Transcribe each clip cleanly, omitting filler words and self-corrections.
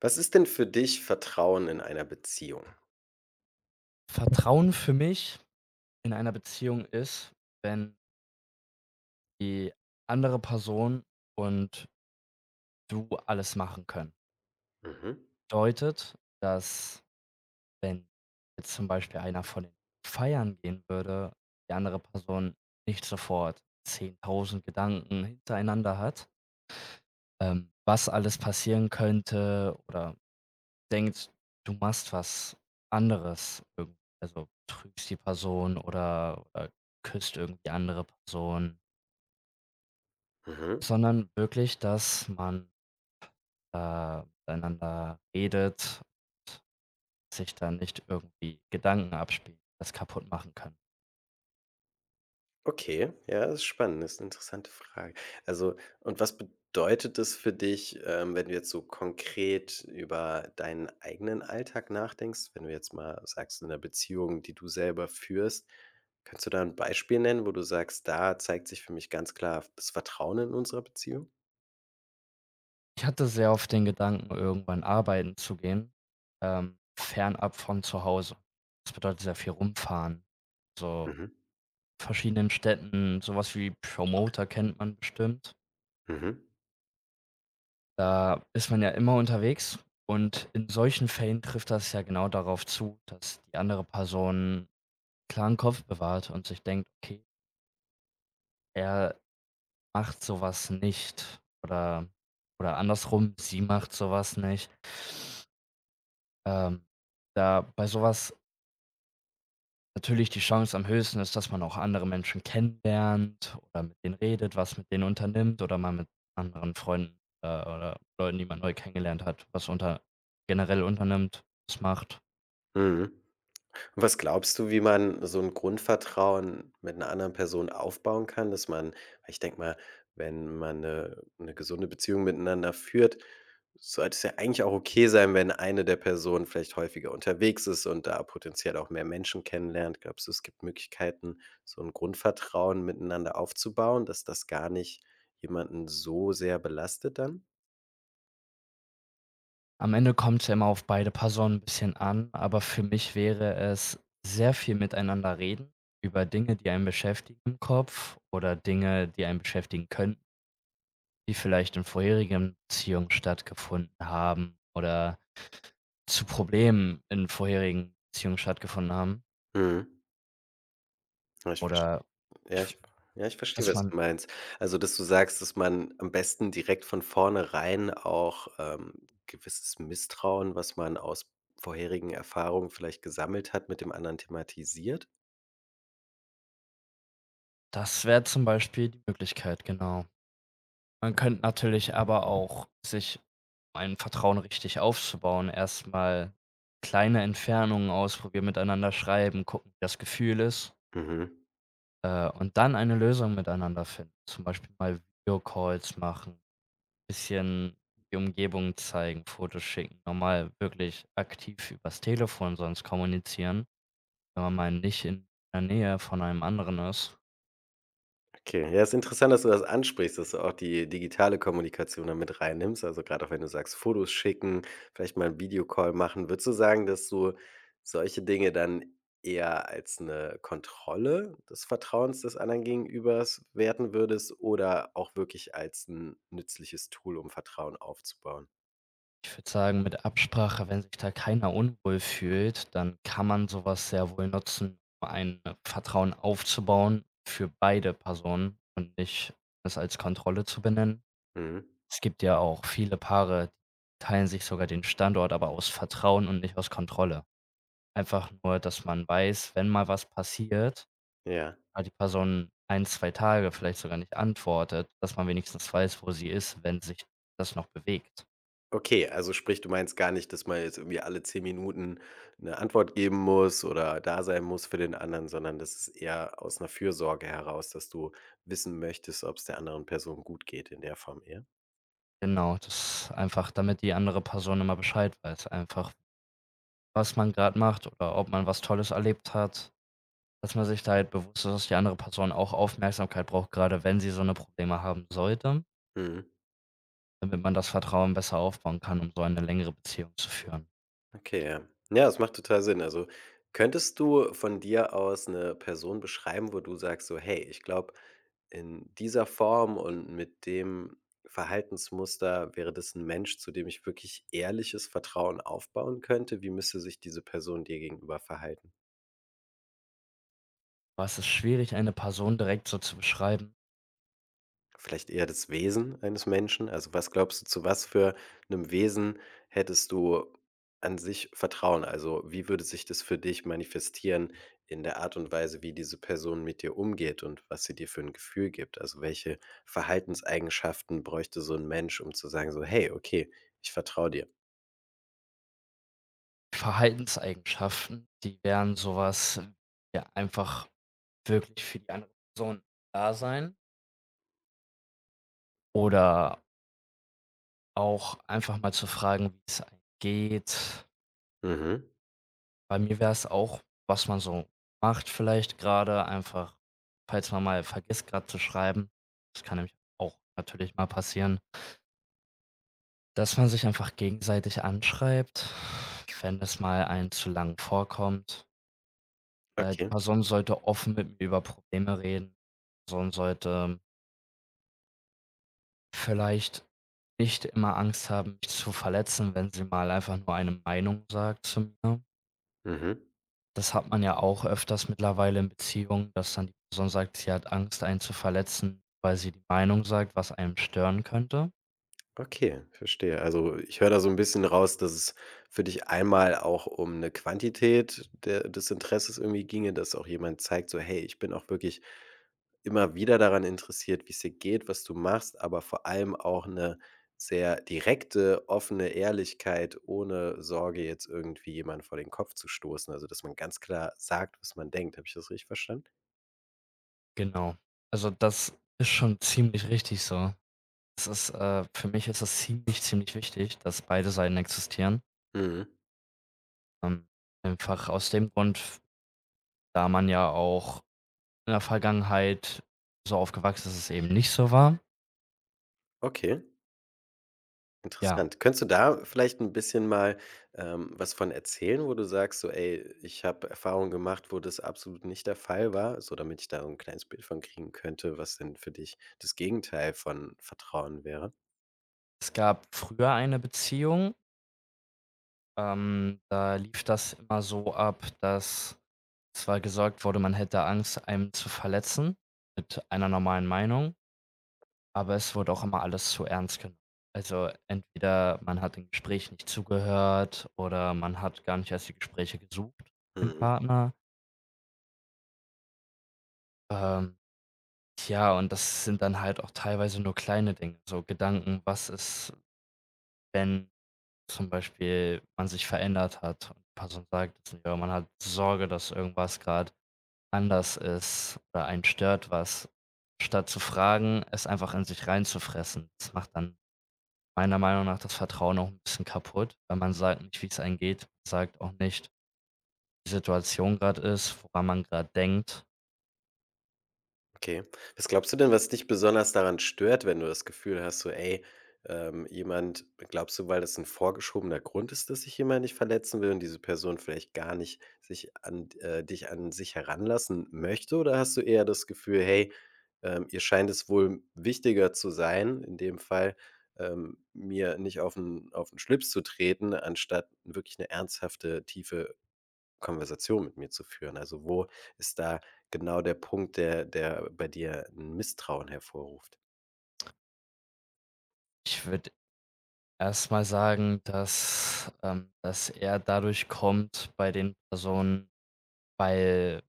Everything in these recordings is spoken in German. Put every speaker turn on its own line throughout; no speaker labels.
Was ist denn für dich Vertrauen in einer Beziehung?
Vertrauen für mich in einer Beziehung ist, wenn die andere Person und du alles machen können.
Mhm,
Bedeutet, dass wenn jetzt zum Beispiel einer von den feiern gehen würde, die andere Person nicht sofort 10.000 Gedanken hintereinander hat, was alles passieren könnte oder denkt, du machst was anderes irgend also, trügst die Person oder küsst irgendwie andere Personen.
mhm.
Sondern wirklich, dass man, miteinander redet und sich dann nicht irgendwie Gedanken abspielen, die das kaputt machen kann.
Okay, ja, das ist spannend, das ist 'ne interessante Frage. Also und was bedeutet es für dich, wenn du jetzt so konkret über deinen eigenen Alltag nachdenkst? Wenn du jetzt mal sagst, in der Beziehung, die du selber führst, kannst du da ein Beispiel nennen, wo du sagst: „Da zeigt sich für mich ganz klar das Vertrauen in unserer Beziehung?“
Ich hatte sehr oft den Gedanken, irgendwann arbeiten zu gehen, fernab von zu Hause. Das bedeutet sehr viel rumfahren, so
Mhm,
verschiedenen Städten, sowas wie Promoter kennt man bestimmt.
mhm,
Da ist man ja immer unterwegs und in solchen Fällen trifft das ja genau darauf zu, dass die andere Person klaren Kopf bewahrt und sich denkt: „Okay, er macht so was nicht", oder andersrum, sie macht so was nicht. Ähm, Da bei sowas natürlich die Chance am höchsten ist, dass man auch andere Menschen kennenlernt oder mit denen redet, was mit denen unternimmt oder mal mit anderen Freunden, oder Leuten, die man neu kennengelernt hat, was unter generell unternimmt, was macht.
mhm. Was glaubst du, wie man so ein Grundvertrauen mit einer anderen Person aufbauen kann, dass man ich denke mal, wenn man eine 'ne gesunde Beziehung miteinander führt, sollte es ja eigentlich auch okay sein, wenn eine der Personen vielleicht häufiger unterwegs ist und da potenziell auch mehr Menschen kennenlernt. Glaubst du, es gibt Möglichkeiten, so ein Grundvertrauen miteinander aufzubauen, dass das gar nicht jemanden so sehr belastet dann?
Am Ende kommt's ja immer auf beide Personen ein bisschen an, aber für mich wäre es sehr viel miteinander reden über Dinge, die einen beschäftigen im Kopf oder Dinge, die einen beschäftigen könnten, die vielleicht in vorherigen Beziehungen stattgefunden haben oder zu Problemen in vorherigen Beziehungen stattgefunden haben
Mhm. Ja, ich
oder
Ja,
ich
ich ja, ich verstehe,
dass
was du
man
meinst. Also, dass du sagst, dass man am besten direkt von vornherein auch, gewisses Misstrauen, was man aus vorherigen Erfahrungen vielleicht gesammelt hat, mit dem anderen thematisiert?
das wäre zum Beispiel die Möglichkeit, genau. Man könnte natürlich aber auch sich, um ein Vertrauen richtig aufzubauen, erstmal kleine Entfernungen ausprobieren, miteinander schreiben, gucken, wie das Gefühl ist,
Mhm.
und dann eine Lösung miteinander finden. Zum Beispiel mal Videocalls machen, bisschen die Umgebung zeigen, Fotos schicken, normal wirklich aktiv übers Telefon sonst kommunizieren, wenn man mal nicht in der Nähe von einem anderen ist.
Okay, ja, ist interessant, dass du das ansprichst, dass du auch die digitale Kommunikation da mit reinnimmst. Also gerade auch wenn du sagst, Fotos schicken, vielleicht mal 'n Videocall machen. Würdest du sagen, dass du solche Dinge dann eher als eine Kontrolle des Vertrauens des anderen Gegenübers werten würdest oder auch wirklich als ein nützliches Tool, um Vertrauen aufzubauen?
Ich würde sagen, mit Absprache, wenn sich da keiner unwohl fühlt, dann kann man sowas sehr wohl nutzen, um ein Vertrauen aufzubauen für beide Personen und nicht es als Kontrolle zu benennen.
Mhm.
Es gibt ja auch viele Paare, die teilen sich sogar den Standort, aber aus Vertrauen und nicht aus Kontrolle. Einfach nur, dass man weiß, wenn mal was passiert,
Ja.
weil die Person ein, 2 Tage vielleicht sogar nicht antwortet, dass man wenigstens weiß, wo sie ist, wenn sich das noch bewegt.
Okay, also sprich, du meinst gar nicht, dass man jetzt irgendwie alle 10 Minuten eine Antwort geben muss oder da sein muss für den anderen, sondern das ist eher aus einer Fürsorge heraus, dass du wissen möchtest, ob es der anderen Person gut geht in der Form eher?
Genau, das einfach damit die andere Person immer Bescheid weiß, einfach, was man gerade macht oder ob man was Tolles erlebt hat, dass man sich da halt bewusst ist, dass die andere Person auch Aufmerksamkeit braucht, gerade wenn sie so eine Probleme haben sollte,
Mhm.
damit man das Vertrauen besser aufbauen kann, um so eine längere Beziehung zu führen.
Okay, ja. Ja, das macht total Sinn. Also, könntest du von dir aus eine Person beschreiben, wo du sagst so: „Hey, ich glaube, in dieser Form und mit dem Verhaltensmuster wäre das ein Mensch, zu dem ich wirklich ehrliches Vertrauen aufbauen könnte.“ Wie müsste sich diese Person dir gegenüber verhalten?
Aber es ist schwierig, eine Person direkt so zu beschreiben.
Vielleicht eher das Wesen eines Menschen? Also, was glaubst du, zu was für einem Wesen hättest du an sich Vertrauen? Also, wie würde sich das für dich manifestieren in der Art und Weise, wie diese Person mit dir umgeht und was sie dir für ein Gefühl gibt? Also, welche Verhaltenseigenschaften bräuchte so ein Mensch, um zu sagen so: „Hey, okay, ich vertraue dir.“
Verhaltenseigenschaften, die wären sowas ja, einfach wirklich für die andere Person da sein oder auch einfach mal zu fragen, wie's einem geht.
Mhm.
Bei mir wäre es auch, was man so macht vielleicht gerade einfach, falls man mal vergisst gerade zu schreiben. Das kann nämlich auch natürlich mal passieren, dass man sich einfach gegenseitig anschreibt, wenn es mal einen zu lang vorkommt. Die
Okay.
Person sollte offen mit mir über Probleme reden. Die Person sollte vielleicht nicht immer Angst haben, mich zu verletzen, wenn sie mal einfach nur eine Meinung sagt zu mir.
Mhm.
Das hat man ja auch öfters mittlerweile in Beziehungen, dass dann die Person sagt, sie hat Angst, einen zu verletzen, weil sie die Meinung sagt, was einem stören könnte.
Okay, verstehe. Also, ich höre da so ein bisschen raus, dass es für dich einmal auch um eine Quantität der des Interesses irgendwie ginge, dass auch jemand zeigt so: „Hey, ich bin auch wirklich immer wieder daran interessiert, wie es dir geht, was du machst“, aber vor allem auch eine sehr direkte, offene Ehrlichkeit, ohne Sorge, jetzt irgendwie jemanden vor den Kopf zu stoßen. Also, dass man ganz klar sagt, was man denkt. Habe ich das richtig verstanden?
Genau. Also, das ist schon ziemlich richtig so. Für mich ist das ziemlich, ziemlich wichtig, dass beide Seiten existieren.
Mhm.
Ähm, Einfach aus dem Grund, da man ja auch in der Vergangenheit so aufgewachsen ist, dass es eben nicht so war.
Okay.
Ja,
Interessant. Könntest du da vielleicht ein bisschen mal, was von erzählen, wo du sagst so: „Ey, ich habe Erfahrungen gemacht, wo das absolut nicht der Fall war“, so damit ich da so ein kleines Bild von kriegen könnte, was denn für dich das Gegenteil von Vertrauen wäre?
es gab früher eine Beziehung, da lief das immer so ab, dass zwar gesagt wurde, man hätte Angst, einen zu verletzen mit einer normalen Meinung, aber es wurde auch immer alles zu ernst genommen. Also, entweder man hat im Gespräch nicht zugehört oder man hat gar nicht erst die Gespräche gesucht im
Mhm.
Partner. Ähm, ja, und das sind dann halt auch teilweise nur kleine Dinge, so Gedanken, was ist, wenn zum Beispiel man sich verändert hat und die Person sagt: „Ja, man hat Sorge, dass irgendwas gerade anders ist oder einen stört was, statt zu fragen, es einfach in sich reinzufressen." Das macht dann meiner Meinung nach das Vertrauen auch 'n bisschen kaputt, weil man sagt nicht, wie's einem geht, sagt auch nicht, die Situation grad ist, woran man grad denkt.
Okay. Was glaubst du denn, was dich besonders daran stört, wenn du das Gefühl hast, so, ey, jemand glaubst du, weil das ein vorgeschobener Grund ist, dass sich jemand nicht verletzen will und diese Person vielleicht gar nicht sich an dich an sich heranlassen möchte? Oder hast du eher das Gefühl: „Hey, ihr scheint es wohl wichtiger zu sein, in dem Fall, mir nicht auf 'n Schlips zu treten, anstatt wirklich eine ernsthafte, tiefe Konversation mit mir zu führen? Also, wo ist da genau der Punkt, der bei dir 'n Misstrauen hervorruft?
Ich würde erst mal sagen, dass, das eher dadurch kommt bei den Personen, weil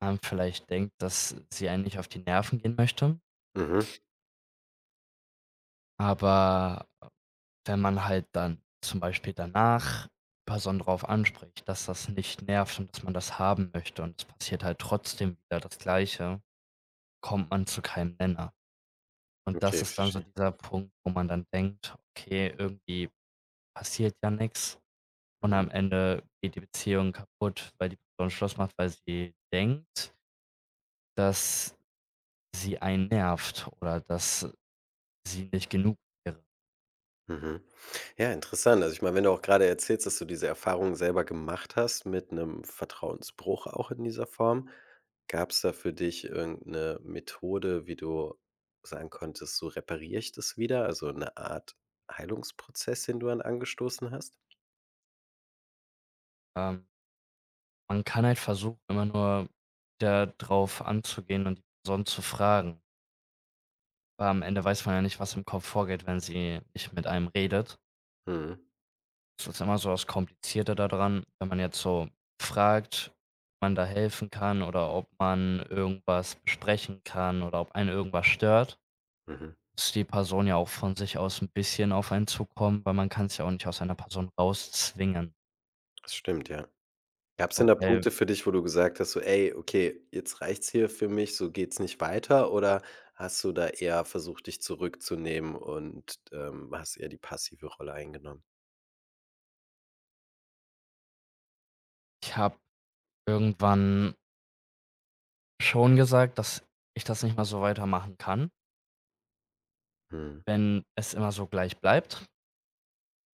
man vielleicht denkt, dass sie einen nicht auf die Nerven gehen möchte.
Mhm.
Aber wenn man halt dann zum Beispiel danach Person drauf anspricht, dass das nicht nervt und dass man das haben möchte und es passiert halt trotzdem wieder das Gleiche, kommt man zu keinem Nenner. Und das
Okay,
ist dann so
verstehe.
dieser Punkt, wo man dann denkt: „Okay, irgendwie passiert ja nichts." Und
Mhm,
am Ende geht die Beziehung kaputt, weil die Person Schluss macht, weil sie denkt, dass sie einen nervt oder dass sie nicht genug wäre.
mhm. Ja, interessant. Also, ich meine, wenn du auch gerade erzählst, dass du diese Erfahrung selber gemacht hast mit einem Vertrauensbruch auch in dieser Form, gab es da für dich irgendeine Methode, wie du sagen konntest: „So repariere ich das wieder“, also eine Art Heilungsprozess, den du dann angestoßen hast?
Ähm Man kann halt versuchen, immer nur da drauf anzugehen und die Person zu fragen, aber am Ende weiß man ja nicht, was im Kopf vorgeht, wenn sie nicht mit einem redet.
Mhm,
Das ist immer so das Komplizierte da dran, wenn man jetzt so fragt, ob man da helfen kann oder ob man irgendwas besprechen kann oder ob einen irgendwas stört,
mhm.
muss die Person ja auch von sich aus ein bisschen auf einen zukommen, weil man kann es ja auch nicht aus einer Person rauszwingen.
Das stimmt, ja. Gab's denn da
Wobei
Punkte für dich, wo du gesagt hast, so: „Ey, okay, jetzt reicht's hier für mich, so geht's nicht weiter“, oder hast du da eher versucht, dich zurückzunehmen und, hast eher die passive Rolle eingenommen?
ich habe irgendwann schon gesagt, dass ich das nicht mal so weitermachen kann,
Mhm.
wenn es immer so gleich bleibt.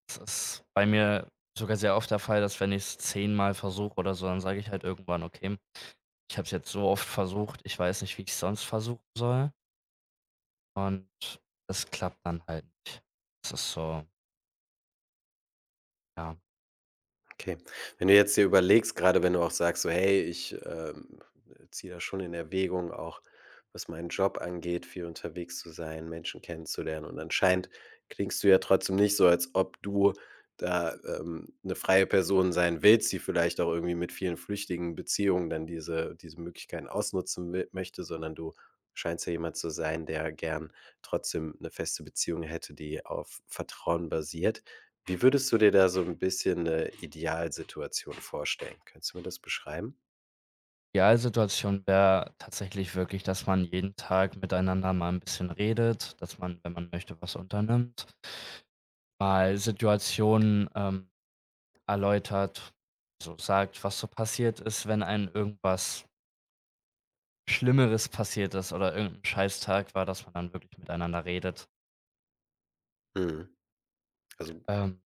Das ist bei mir sogar sehr oft der Fall, dass wenn ich es zehnmal versuche oder so, dann sage ich halt irgendwann: „Okay, ich habe es jetzt so oft versucht, ich weiß nicht, wie ich's sonst versuchen soll." Und das klappt dann halt nicht. Das ist so, ja.
Okay. Wenn du jetzt dir überlegst, gerade wenn du auch sagst, so: „Hey, ich, ziehe da schon in Erwägung, auch was meinen Job angeht, viel unterwegs zu sein, Menschen kennenzulernen.“ Und anscheinend klingst du ja trotzdem nicht so, als ob du da, 'ne freie Person sein willst, die vielleicht auch irgendwie mit vielen flüchtigen Beziehungen dann diese Möglichkeiten ausnutzen will möchte, sondern du scheinst ja jemand zu sein, der gern trotzdem eine feste Beziehung hätte, die auf Vertrauen basiert. Wie würdest du dir da so ein bisschen 'ne Idealsituation vorstellen? Kannst du mir das beschreiben?
Idealsituation wäre tatsächlich wirklich, dass man jeden Tag miteinander mal ein bisschen redet, dass man, wenn man möchte, was unternimmt. Mal Situationen, erläutert, so sagt, was so passiert ist, wenn einem irgendwas Schlimmeres passiert ist oder irgendein Scheißtag war, dass man dann wirklich miteinander redet.
Mhm. Also,
Ähm,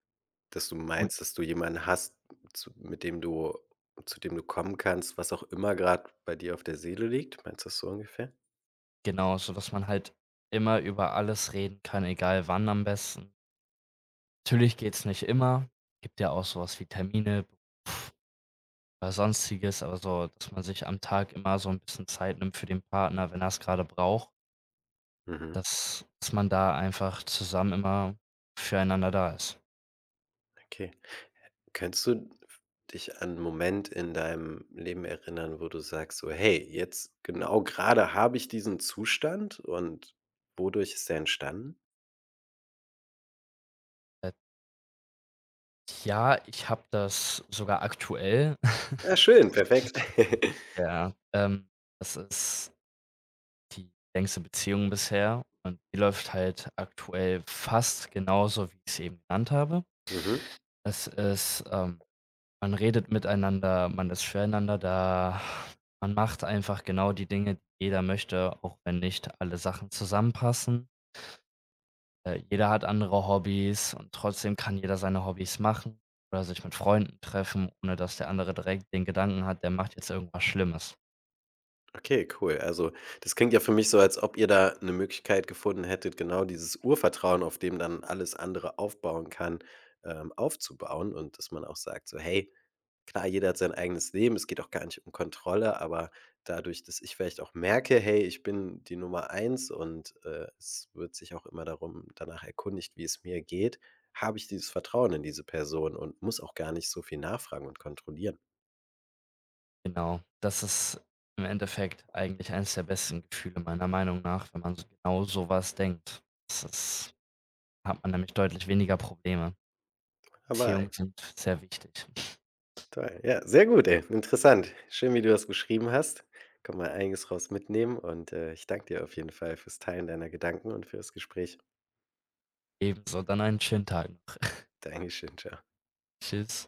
dass du
und
meinst, dass du jemanden hast, zu mit dem du zu dem du kommen kannst, was auch immer grad bei dir auf der Seele liegt? Meinst du das so ungefähr?
genau, so dass man halt immer über alles reden kann, egal wann am besten. Natürlich geht's nicht immer, gibt ja auch sowas wie Termine oder Sonstiges, aber so, dass man sich am Tag immer so ein bisschen Zeit nimmt für den Partner, wenn er es gerade braucht,
Mhm,
dass man da einfach zusammen immer füreinander da ist.
okay. Könntest du f dich an 'n Moment in deinem Leben erinnern, wo du sagst so: „Hey, jetzt genau grade habe ich diesen Zustand und wodurch ist der entstanden?“
Ja, ich habe das sogar aktuell.
Ah, schön, perfekt.
Ja, das ist die längste Beziehung bisher und die läuft halt aktuell fast genauso, wie ich es eben genannt habe.
Mhm.
Es ist, ähm Man redet miteinander, man ist füreinander da, man macht einfach genau die Dinge, die jeder möchte, auch wenn nicht alle Sachen zusammenpassen. Jeder hat andere Hobbys und trotzdem kann jeder seine Hobbys machen oder sich mit Freunden treffen, ohne dass der andere direkt den Gedanken hat, der macht jetzt irgendwas Schlimmes.
Okay, cool. Also, das klingt ja für mich so, als ob ihr da eine Möglichkeit gefunden hättet, genau dieses Urvertrauen, auf dem dann alles andere aufbauen kann, aufzubauen und dass man auch sagt so: „Hey, klar, jeder hat sein eigenes Leben. Es geht auch gar nicht um Kontrolle, aber dadurch, dass ich vielleicht auch merke: ‚Hey, ich bin die Nummer 1 und, es wird sich auch immer darum danach erkundigt, wie es mir geht‘, habe ich dieses Vertrauen in diese Person und muss auch gar nicht so viel nachfragen und kontrollieren.“
Genau. Das ist im Endeffekt eigentlich eines der besten Gefühle meiner Meinung nach, wenn man so genau sowas denkt. Das ist Hat man nämlich deutlich weniger Probleme.
Hawaii.
Beziehungen sind sehr wichtig.
Toll. Ja, sehr gut, ey. Interessant. Schön, wie du das beschrieben hast. Kann man einiges raus mitnehmen und, ich danke dir auf jeden Fall fürs Teilen deiner Gedanken und fürs das Gespräch.
Ebenso, dann einen schönen Tag noch.
Dankeschön. Ciao.
Tschüss.